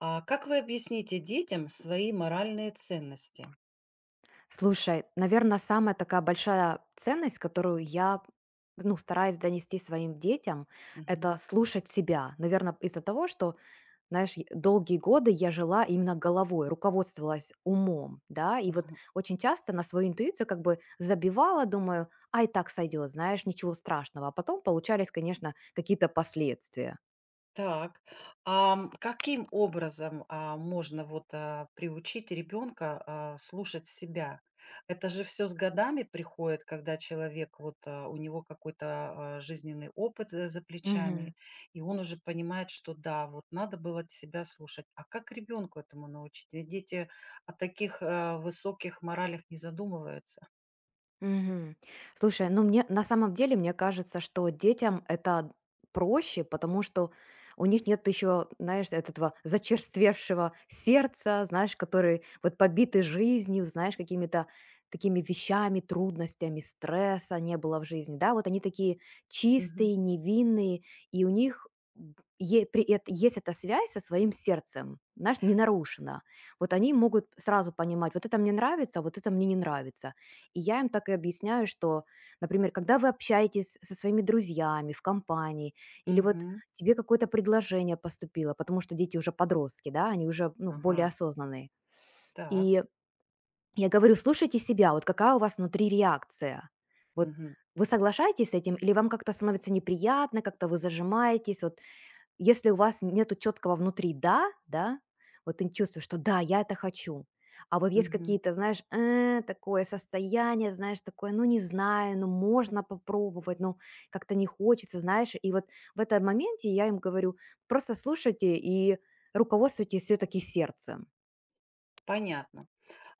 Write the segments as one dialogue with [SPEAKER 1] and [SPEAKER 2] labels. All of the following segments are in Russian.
[SPEAKER 1] А как вы объясните детям свои моральные ценности?
[SPEAKER 2] Слушай, наверное, самая такая большая ценность, которую я ну, стараюсь донести своим детям,
[SPEAKER 1] Мгм.
[SPEAKER 2] это слушать себя. Наверное, из-за того, что, знаешь, долгие годы я жила именно головой, руководствовалась умом, да, и вот
[SPEAKER 1] Мгм.
[SPEAKER 2] очень часто на свою интуицию как бы забивала, думаю, а и так сойдет, знаешь, ничего страшного. А потом получались, конечно, какие-то последствия.
[SPEAKER 1] Так, каким образом, можно вот, приучить ребенка, слушать себя? Это же все с годами приходит, когда человек вот, у него какой-то, жизненный опыт, за
[SPEAKER 2] Мгм.
[SPEAKER 1] плечами, и он уже понимает, что да, вот надо было т себя слушать. А как ребенку этому научить? Ведь дети о таких, высоких моралях не задумываются.
[SPEAKER 2] Мгм. Слушай, ну мне на самом деле мне кажется, что детям это проще, потому что у них нет еще, знаешь, этого зачерствевшего сердца, знаешь, который вот побиты жизнью, знаешь, какими-то такими вещами, трудностями, стресса не было в жизни, да, вот они такие
[SPEAKER 1] Мгм.
[SPEAKER 2] чистые, невинные, и у них б- есть эта связь со своим сердцем, знаешь, не нарушена. Вот они могут сразу понимать, вот это мне нравится, а вот это мне не нравится. И я им так и объясняю, что, например, когда вы общаетесь со своими друзьями в компании, или вот
[SPEAKER 1] Мгм.
[SPEAKER 2] тебе какое-то предложение поступило, потому что дети уже подростки, да, они уже ну, более
[SPEAKER 1] Ага.
[SPEAKER 2] осознанные.
[SPEAKER 1] Так,
[SPEAKER 2] И я говорю, слушайте себя, вот какая у вас внутри реакция. Вот
[SPEAKER 1] мгм,
[SPEAKER 2] вы соглашаетесь с этим, или вам как-то становится неприятно, как-то вы зажимаетесь, вот если у вас нету четкого внутри "да", да, вот ты чувствуешь, что "да, я это хочу". А вот есть
[SPEAKER 1] мгм.
[SPEAKER 2] какие-то, знаешь, такое состояние, знаешь, такое: "Ну, не знаю, ну, можно попробовать, ну, как-то не хочется", знаешь. И вот в этом моменте я им говорю: "Просто слушайте и руководствуйтесь все таки сердцем".
[SPEAKER 1] Понятно.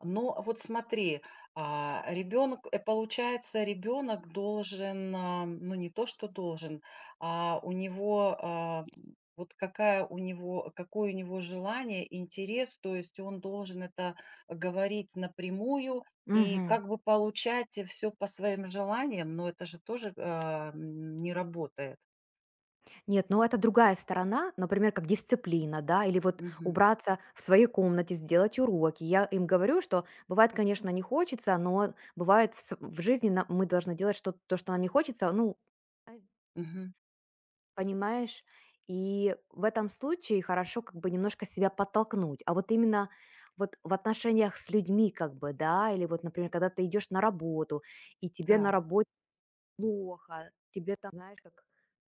[SPEAKER 1] Но вот смотри, ребенок, получается, ребенок должен, ну не то, что должен, а у него, вот какая у него, какое у него желание, интерес, то есть он должен это говорить напрямую и как бы получать все по своим желаниям, но это же тоже, не работает.
[SPEAKER 2] Нет, ну это другая сторона, например, как дисциплина, да, или вот
[SPEAKER 1] Мгм,
[SPEAKER 2] убраться в своей комнате, сделать уроки. Я им говорю, что бывает, конечно, не хочется, но бывает в жизни мы должны делать что то, что нам не хочется, ну, э,
[SPEAKER 1] мгм.
[SPEAKER 2] понимаешь? И в этом случае хорошо как бы немножко себя подтолкнуть. А вот именно вот в отношениях с людьми как бы, да, или вот, например, когда ты идешь на работу, и тебе на
[SPEAKER 1] Так.
[SPEAKER 2] работе плохо, тебе там, знаешь, как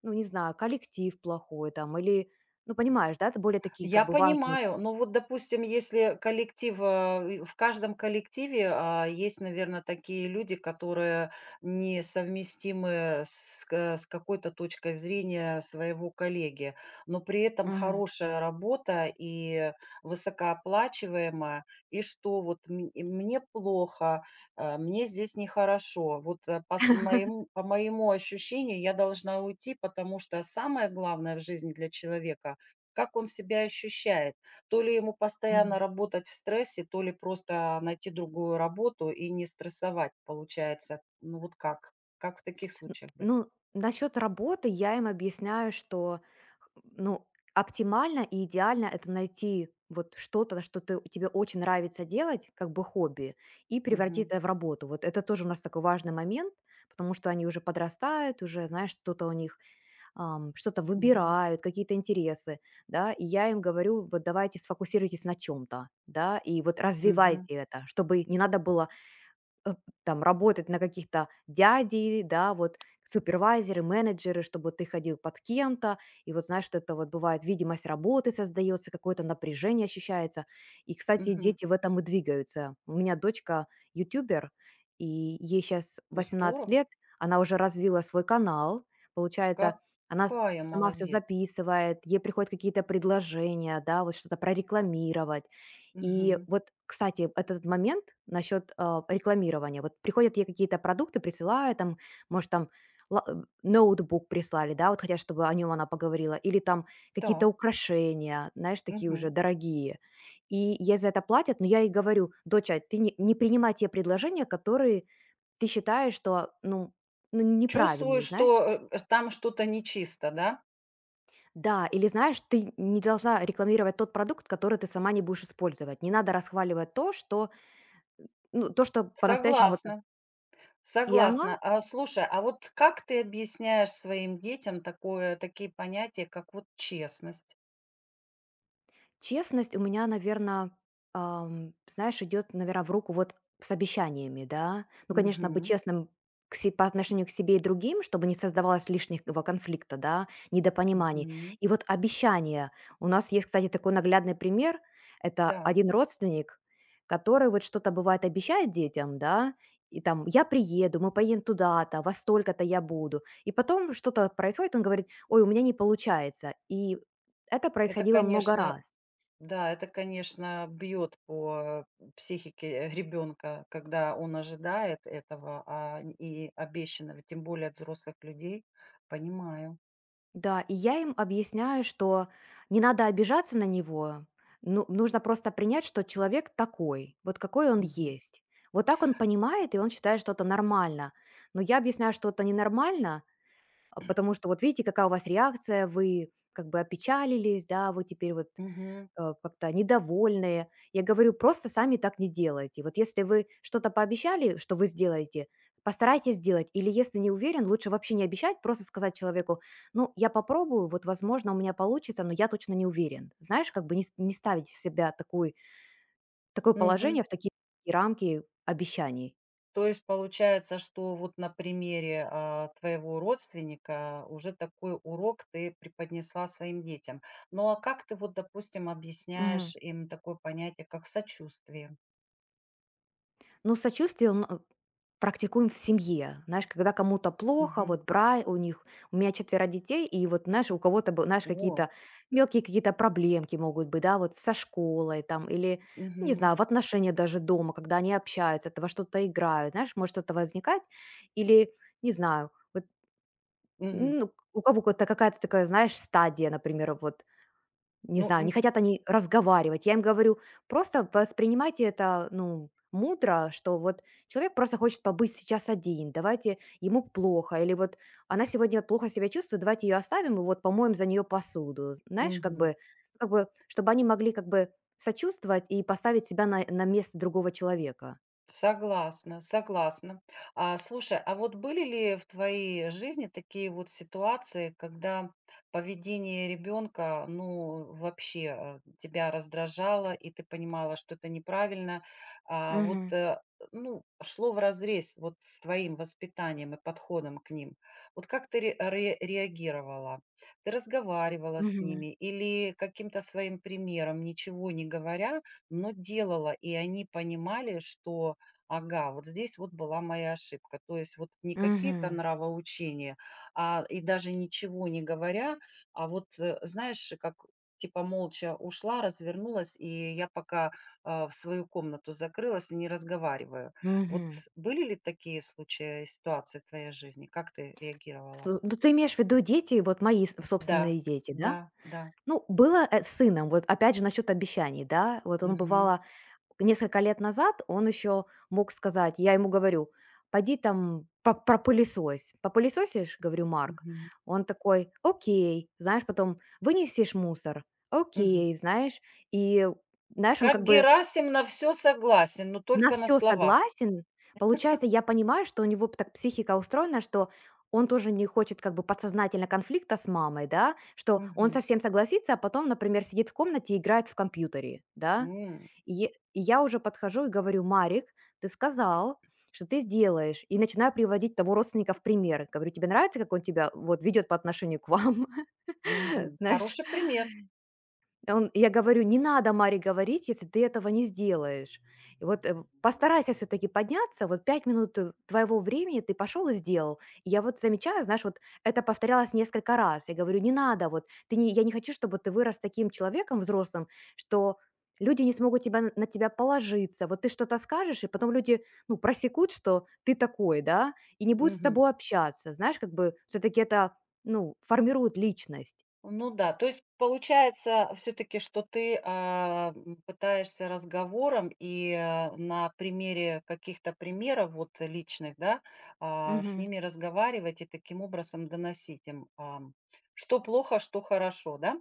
[SPEAKER 2] ну, не знаю, коллектив плохой там или, ну, понимаешь, да, это более такие как
[SPEAKER 1] Я
[SPEAKER 2] бы важные.
[SPEAKER 1] понимаю, но вот, допустим, если коллектив, в каждом коллективе, есть, наверное, такие люди, которые несовместимы с какой-то точкой зрения своего коллеги, но при этом
[SPEAKER 2] Мгм.
[SPEAKER 1] хорошая работа и высокооплачиваемая, и что вот мн мне плохо, мне здесь нехорошо. Вот, по моему ощущению, я должна уйти, потому что самое главное в жизни для человека — как он себя ощущает? То ли ему
[SPEAKER 2] Мгм.
[SPEAKER 1] постоянно работать в стрессе, то ли просто найти другую работу и не стрессовать, получается. Ну вот как? Как в таких
[SPEAKER 2] Н-
[SPEAKER 1] случаях быть?
[SPEAKER 2] Ну, насчет работы я им объясняю, что, ну, оптимально и идеально это найти вот что-то, что ты, тебе очень нравится делать, как бы хобби, и превратить
[SPEAKER 1] Мгм,
[SPEAKER 2] это в работу. Вот это тоже у нас такой важный момент, потому что они уже подрастают, уже, знаешь, что-то у них что-то
[SPEAKER 1] мгм,
[SPEAKER 2] выбирают, какие-то интересы, да, и я им говорю, вот давайте сфокусируйтесь на чем-то, да, и вот
[SPEAKER 1] мгм,
[SPEAKER 2] развивайте это, чтобы не надо было э, там работать на каких-то дядей, да, вот супервайзеры, менеджеры, чтобы ты ходил под кем-то, и вот знаешь, что это вот бывает, видимость работы создается, какое-то напряжение ощущается. И, кстати,
[SPEAKER 1] мгм.
[SPEAKER 2] дети в этом и двигаются. У меня дочка ютубер, и ей сейчас 18
[SPEAKER 1] Здорово.
[SPEAKER 2] лет, она уже развила свой канал, получается, она с-
[SPEAKER 1] Какая
[SPEAKER 2] сама все
[SPEAKER 1] молодец.
[SPEAKER 2] записывает, ей приходят какие-то предложения, да, вот что-то прорекламировать, и
[SPEAKER 1] Мгм.
[SPEAKER 2] вот, кстати, этот момент насчет рекламирования. Вот приходят ей какие-то продукты, присылают там, может, там ла- э, ноутбук прислали, да, вот хотят, чтобы о нем она поговорила, или там какие-то
[SPEAKER 1] Так.
[SPEAKER 2] украшения, знаешь, такие уже
[SPEAKER 1] Мгм.
[SPEAKER 2] дорогие. И ей за это платят, но я ей говорю, доча, ты не принимай те предложения, которые ты считаешь, что, ну, ну,
[SPEAKER 1] Чувствую,
[SPEAKER 2] неправильные, знаешь?
[SPEAKER 1] что там что-то нечисто, да?
[SPEAKER 2] Да, или знаешь, ты не должна рекламировать тот продукт, который ты сама не будешь использовать. Не надо расхваливать то, что ну, то, что по-настоящему это.
[SPEAKER 1] Согласна.
[SPEAKER 2] И она
[SPEAKER 1] Согласна. Слушай, а вот как ты объясняешь своим детям такое, такие понятия, как вот честность?
[SPEAKER 2] Честность у меня, наверное, знаешь, идет, наверное, в руку вот с обещаниями, да. Ну, конечно, быть
[SPEAKER 1] Мгм,
[SPEAKER 2] честным к се по отношению к себе и другим, чтобы не создавалось лишнего конфликта, да, недопониманий.
[SPEAKER 1] мгм.
[SPEAKER 2] И вот обещания. У нас есть, кстати, такой наглядный пример. Это
[SPEAKER 1] Да,
[SPEAKER 2] один родственник, который вот что-то, бывает, обещает детям, да, и там: "Я приеду, мы поедем туда-то, во столько-то я буду". И потом что-то происходит, он говорит: "Ой, у меня не получается". И это
[SPEAKER 1] это,
[SPEAKER 2] происходило много
[SPEAKER 1] конечно,
[SPEAKER 2] раз.
[SPEAKER 1] да, это, конечно, бьет по психике ребенка, когда он ожидает этого, и обещанного, тем более от взрослых людей. Понимаю.
[SPEAKER 2] Да, и я им объясняю, что не надо обижаться на него, ну, нужно просто принять, что человек такой, вот какой он
[SPEAKER 1] Мгм.
[SPEAKER 2] есть. Вот так он понимает, и он считает, что это нормально. Но я объясняю, что это ненормально, потому что вот видите, какая у вас реакция, вы как бы опечалились, да, вы теперь вот
[SPEAKER 1] Мгм.
[SPEAKER 2] как-то недовольные. Я говорю, просто сами так не делайте. Вот если вы что-то пообещали, что вы сделаете, постарайтесь сделать. Или если не уверен, лучше вообще не обещать, просто сказать человеку, ну, я попробую, вот, возможно, у меня получится, но я точно не уверен. Знаешь, как бы не, не ставить в себя такой, такое
[SPEAKER 1] Мгм.
[SPEAKER 2] положение, в такие рамки обещаний.
[SPEAKER 1] То есть получается, что вот на примере твоего родственника уже такой урок ты преподнесла своим детям. Ну а как ты вот, допустим, объясняешь им такое понятие, как сочувствие?
[SPEAKER 2] Ну, сочувствие он, практикуем в семье. Знаешь, когда кому-то плохо,
[SPEAKER 1] Мгм.
[SPEAKER 2] вот бра у них, у меня четверо детей, и вот, знаешь, у кого-то, знаешь,
[SPEAKER 1] О,
[SPEAKER 2] какие-то мелкие какие-то проблемки могут быть, да, вот со школой там, или, ну, не
[SPEAKER 1] мгм,
[SPEAKER 2] знаю, в отношениях даже дома, когда они общаются, это во что-то играют, знаешь, может что-то возникать, или, не знаю, вот
[SPEAKER 1] мгм.
[SPEAKER 2] ну, у кого-то какая-то такая, знаешь, стадия, например, вот не
[SPEAKER 1] Ну,
[SPEAKER 2] знаю, не хотят они разговаривать. Я им говорю: "Просто воспринимайте это, ну, мудро, что вот человек просто хочет побыть сейчас один, давайте ему плохо, или вот она сегодня плохо себя чувствует, давайте ее оставим и вот помоем за нее посуду". Знаешь, как
[SPEAKER 1] мгм.
[SPEAKER 2] бы как бы чтобы они могли как бы сочувствовать и поставить себя на место другого человека.
[SPEAKER 1] Согласна, согласна. Слушай, а вот были ли в твоей жизни такие вот ситуации, когда поведение ребенка, ну, вообще, тебя раздражало, и ты понимала, что это неправильно, вот,
[SPEAKER 2] Мгм.
[SPEAKER 1] ну, шло вразрез вот с твоим воспитанием и подходом к ним? Вот как ты ре ре реагировала? Ты разговаривала с
[SPEAKER 2] Мгм.
[SPEAKER 1] ними или каким-то своим примером, ничего не говоря, но делала, и они понимали, что ага, вот здесь вот была моя ошибка. То есть вот не какие-то
[SPEAKER 2] Мгм.
[SPEAKER 1] нравоучения, а и даже ничего не говоря, а вот, знаешь, как типа молча ушла, развернулась, и я пока в свою комнату закрылась и не разговариваю. Вот
[SPEAKER 2] Мгм.
[SPEAKER 1] были ли такие случаи, и ситуации в твоей жизни? Как ты реагировала?
[SPEAKER 2] Слу ну, ты имеешь в виду дети, вот мои с
[SPEAKER 1] Да,
[SPEAKER 2] собственные дети,
[SPEAKER 1] да,
[SPEAKER 2] да?
[SPEAKER 1] да.
[SPEAKER 2] Ну, было, с сыном, вот опять же насчет обещаний, да. Вот он
[SPEAKER 1] Мгм,
[SPEAKER 2] бывало несколько лет назад, он еще мог сказать, я ему говорю, пойди там пропылесось. Попылесосишь, говорю, Марк?
[SPEAKER 1] мгм,
[SPEAKER 2] Он такой, окей, знаешь, потом вынесешь мусор,
[SPEAKER 1] мгм.
[SPEAKER 2] окей, знаешь. И, знаешь, он
[SPEAKER 1] Как
[SPEAKER 2] как бы
[SPEAKER 1] Герасим на все согласен, но
[SPEAKER 2] на
[SPEAKER 1] только на
[SPEAKER 2] все
[SPEAKER 1] слова.
[SPEAKER 2] согласен. Получается, я понимаю, что у него так психика устроена, что он тоже не хочет как бы подсознательно конфликта с мамой, да, что он
[SPEAKER 1] Мгм.
[SPEAKER 2] совсем согласится, а потом, например, сидит в комнате и играет в компьютере, да.
[SPEAKER 1] М.
[SPEAKER 2] И я уже подхожу и говорю: "Марик, ты сказал, что ты сделаешь". И начинаю приводить того родственника в пример. Говорю: "Тебе нравится, как он тебя вот ведет по отношению к вам?"
[SPEAKER 1] Мгм.
[SPEAKER 2] Знаешь?
[SPEAKER 1] Хороший пример.
[SPEAKER 2] Да. Он Я говорю: "Не надо Маре говорить, если ты этого не сделаешь. И вот, постарайся все таки подняться, вот 5 минут, твоего времени ты пошел и сделал". И я вот замечаю, знаешь, вот это повторялось несколько раз. Я говорю: "Не надо, вот ты не я не хочу, чтобы ты вырос таким человеком взрослым, что люди не смогут на тебя положиться. Вот ты что-то скажешь, и потом люди, ну, просекут, что ты такой, да, и не будут с
[SPEAKER 1] Мгм.
[SPEAKER 2] тобой общаться". Знаешь, как бы все таки это, ну, формирует личность.
[SPEAKER 1] Ну да, то есть получается все таки что ты, пытаешься разговором и, на примере каких-то примеров вот личных, да, с
[SPEAKER 2] Мгм.
[SPEAKER 1] ними разговаривать и таким образом доносить им, что плохо, что хорошо, да?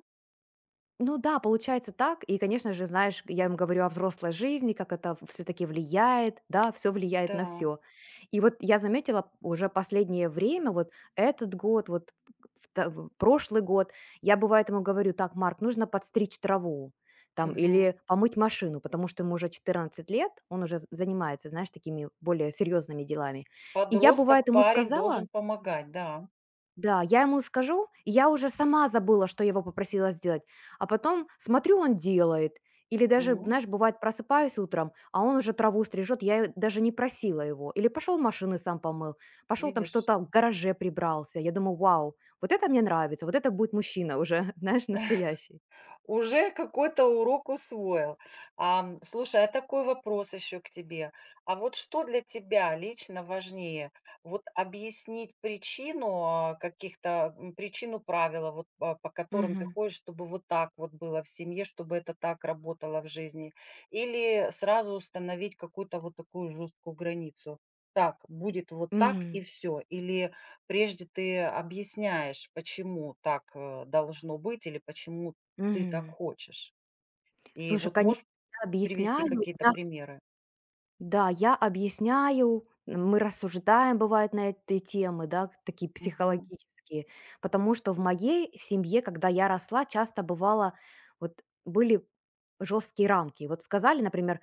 [SPEAKER 2] Ну да, получается так. И, конечно же, знаешь, я им говорю о взрослой жизни, как это все-таки влияет, да, все влияет на
[SPEAKER 1] Да.
[SPEAKER 2] все. И вот я заметила уже последнее время, вот этот год, вот в прошлый год, я бывает ему говорю, так, Марк, нужно подстричь траву, там,
[SPEAKER 1] Мгм.
[SPEAKER 2] или помыть машину, потому что ему уже 14 лет, он уже занимается, знаешь, такими более серьезными делами. И я, бывает,
[SPEAKER 1] Подросток,
[SPEAKER 2] ему
[SPEAKER 1] парень
[SPEAKER 2] сказала,
[SPEAKER 1] должен помогать, да.
[SPEAKER 2] да, я ему скажу, и я уже сама забыла, что я его попросила сделать. А потом смотрю, он делает. Или даже,
[SPEAKER 1] М,
[SPEAKER 2] знаешь, бывает, просыпаюсь утром, а он уже траву стрижет, я и даже не просила его. Или пошел машины сам помыл, пошел там
[SPEAKER 1] Видишь?
[SPEAKER 2] что-то в гараже прибрался. Я думаю, вау, вот это мне нравится, вот это будет мужчина уже, знаешь, настоящий.
[SPEAKER 1] Уже какой-то урок усвоил. Слушай, а такой вопрос еще к тебе. А вот что для тебя лично важнее? Вот объяснить причину каких-то, причину правила, вот, по которым ты
[SPEAKER 2] Мгм.
[SPEAKER 1] ходишь, чтобы вот так вот было в семье, чтобы это так работало в жизни? Или сразу установить какую-то вот такую жесткую границу? Так, будет вот так и
[SPEAKER 2] Мгм.
[SPEAKER 1] все. Или прежде ты объясняешь, почему так должно быть или почему ты так
[SPEAKER 2] Мгм.
[SPEAKER 1] хочешь? И
[SPEAKER 2] Слушай,
[SPEAKER 1] вот
[SPEAKER 2] конечно,
[SPEAKER 1] можешь
[SPEAKER 2] я
[SPEAKER 1] привести
[SPEAKER 2] объясняю.
[SPEAKER 1] какие-то примеры?
[SPEAKER 2] Да, я объясняю, мы рассуждаем, бывает, на этой темы, да, такие
[SPEAKER 1] Мгм.
[SPEAKER 2] психологические, потому что в моей семье, когда я росла, часто бывало, вот были жесткие рамки.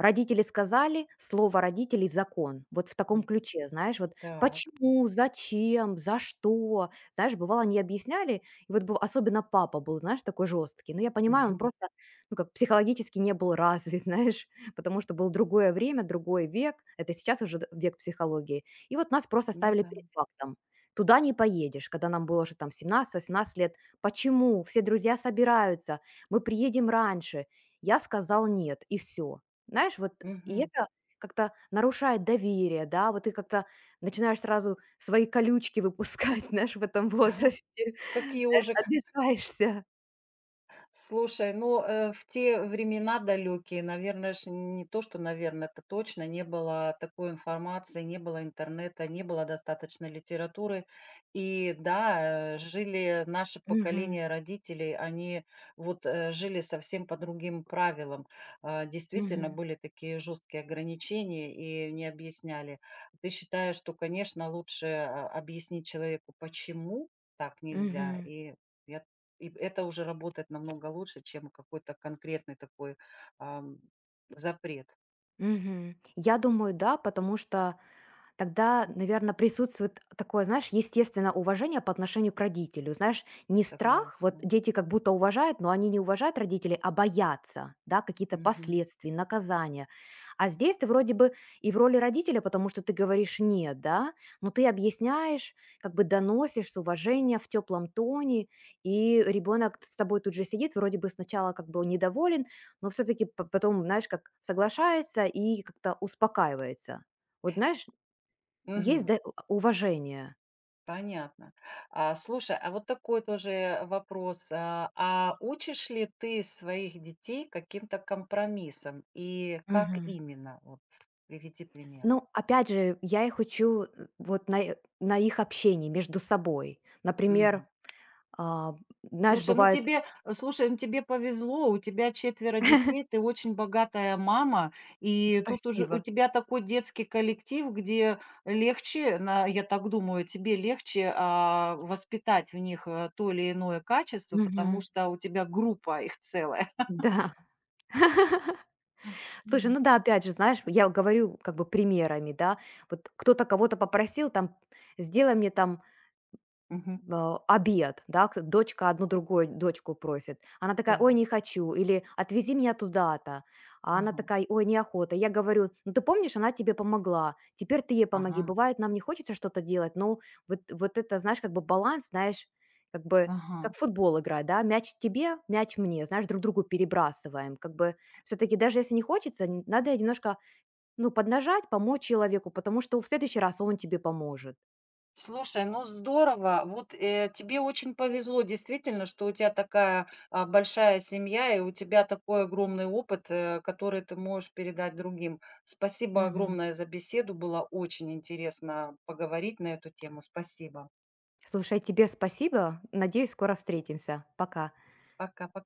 [SPEAKER 2] Родители сказали, слово родителей- закон. Вот в таком
[SPEAKER 1] М,
[SPEAKER 2] ключе, знаешь, вот
[SPEAKER 1] так.
[SPEAKER 2] почему, зачем, за что. Знаешь, бывало, они объясняли, и вот быв особенно папа был, знаешь, такой жесткий. Но я понимаю, он просто, ну, как психологически не был развит, знаешь, потому что было другое время, другой век. Это сейчас уже век психологии. И вот нас просто
[SPEAKER 1] Ну
[SPEAKER 2] ставили
[SPEAKER 1] да.
[SPEAKER 2] перед фактом. Туда не поедешь, когда нам было уже там 17, 18 лет. Почему? Все друзья собираются, мы приедем раньше. Я сказал нет, и все. Знаешь, вот и
[SPEAKER 1] Мгм.
[SPEAKER 2] это как-то нарушает доверие, да, вот ты как-то начинаешь сразу свои колючки выпускать, знаешь, в этом
[SPEAKER 1] Да,
[SPEAKER 2] возрасте,
[SPEAKER 1] как
[SPEAKER 2] знаешь,
[SPEAKER 1] ежик.
[SPEAKER 2] обижаешься.
[SPEAKER 1] Слушай, ну, в те времена далекие, наверное, ж не то, что, наверное, это точно, не было такой информации, не было интернета, не было достаточно литературы. И да, жили наше
[SPEAKER 2] Мгм.
[SPEAKER 1] поколение родителей, они вот жили совсем по другим правилам. Действительно,
[SPEAKER 2] Мгм.
[SPEAKER 1] были такие жесткие ограничения и не объясняли. Ты считаешь, что, конечно, лучше объяснить человеку, почему так нельзя,
[SPEAKER 2] Мгм.
[SPEAKER 1] я и это уже работает намного лучше, чем какой-то конкретный такой, ам, запрет.
[SPEAKER 2] Мгм. Я думаю, да, потому что тогда, наверное, присутствует такое, знаешь, естественное уважение по отношению к родителю. Знаешь, не страх, вот
[SPEAKER 1] Согласна.
[SPEAKER 2] дети как будто уважают, но они не уважают родителей, а боятся, да, какие-то
[SPEAKER 1] Мгм.
[SPEAKER 2] последствий, наказания. А здесь ты вроде бы и в роли родителя, потому что ты говоришь «нет», да, но ты объясняешь, как бы доносишь с уважением, в теплом тоне, и ребенок с тобой тут же сидит, вроде бы сначала как бы недоволен, но все-таки потом, знаешь, как соглашается и как-то успокаивается. Вот знаешь, есть
[SPEAKER 1] Мгм.
[SPEAKER 2] да уважение.
[SPEAKER 1] Понятно. Слушай, а вот такой тоже вопрос. Учишь ли ты своих детей каким-то компромиссом и как
[SPEAKER 2] Мгм.
[SPEAKER 1] именно? Вот приведи пример.
[SPEAKER 2] Но опять же, я их учу, вот на их общении между собой. Например, а, знаешь,
[SPEAKER 1] Слушай, ну
[SPEAKER 2] бывает.
[SPEAKER 1] тебе, э, слушай, ну тебе повезло, у тебя четверо детей, ты очень богатая мама, и тут уже у
[SPEAKER 2] Спасибо.
[SPEAKER 1] тебя такой детский коллектив, где легче, я так думаю, тебе легче воспитать в них то или иное качество, потому
[SPEAKER 2] Мгм.
[SPEAKER 1] что у тебя группа их целая.
[SPEAKER 2] Да. Слушай,
[SPEAKER 1] М.
[SPEAKER 2] ну да, опять же, знаешь, я говорю как бы примерами, да. Вот кто-то кого-то попросил там: "Сделай мне там
[SPEAKER 1] Мгм.
[SPEAKER 2] Обед", да, к дочка одну другую дочку просит. Она такая: "Ой,
[SPEAKER 1] Так,
[SPEAKER 2] не хочу", или "Отвези меня туда-то". А она
[SPEAKER 1] ага,
[SPEAKER 2] такая: "Ой, неохота". Я говорю: "Ну, ты помнишь, она тебе помогла, теперь ты ей помоги".
[SPEAKER 1] ага,
[SPEAKER 2] Бывает, нам не хочется что-то делать, но вот это, знаешь, как бы баланс, знаешь, как бы как
[SPEAKER 1] ага.
[SPEAKER 2] в футбол играть, да, мяч тебе, мяч мне, знаешь, друг другу перебрасываем. Как бы все таки даже если не хочется, н надо немножко, ну, поднажать, помочь человеку, потому что в следующий раз он тебе поможет.
[SPEAKER 1] Слушай, ну здорово. Вот, тебе очень повезло действительно, что у тебя такая, большая семья и у тебя такой огромный опыт, который ты можешь передать другим. Спасибо огромное за беседу. Было очень интересно поговорить на эту тему. Спасибо.
[SPEAKER 2] Слушай, тебе спасибо. Надеюсь, скоро встретимся. Пока.
[SPEAKER 1] Пока-пока.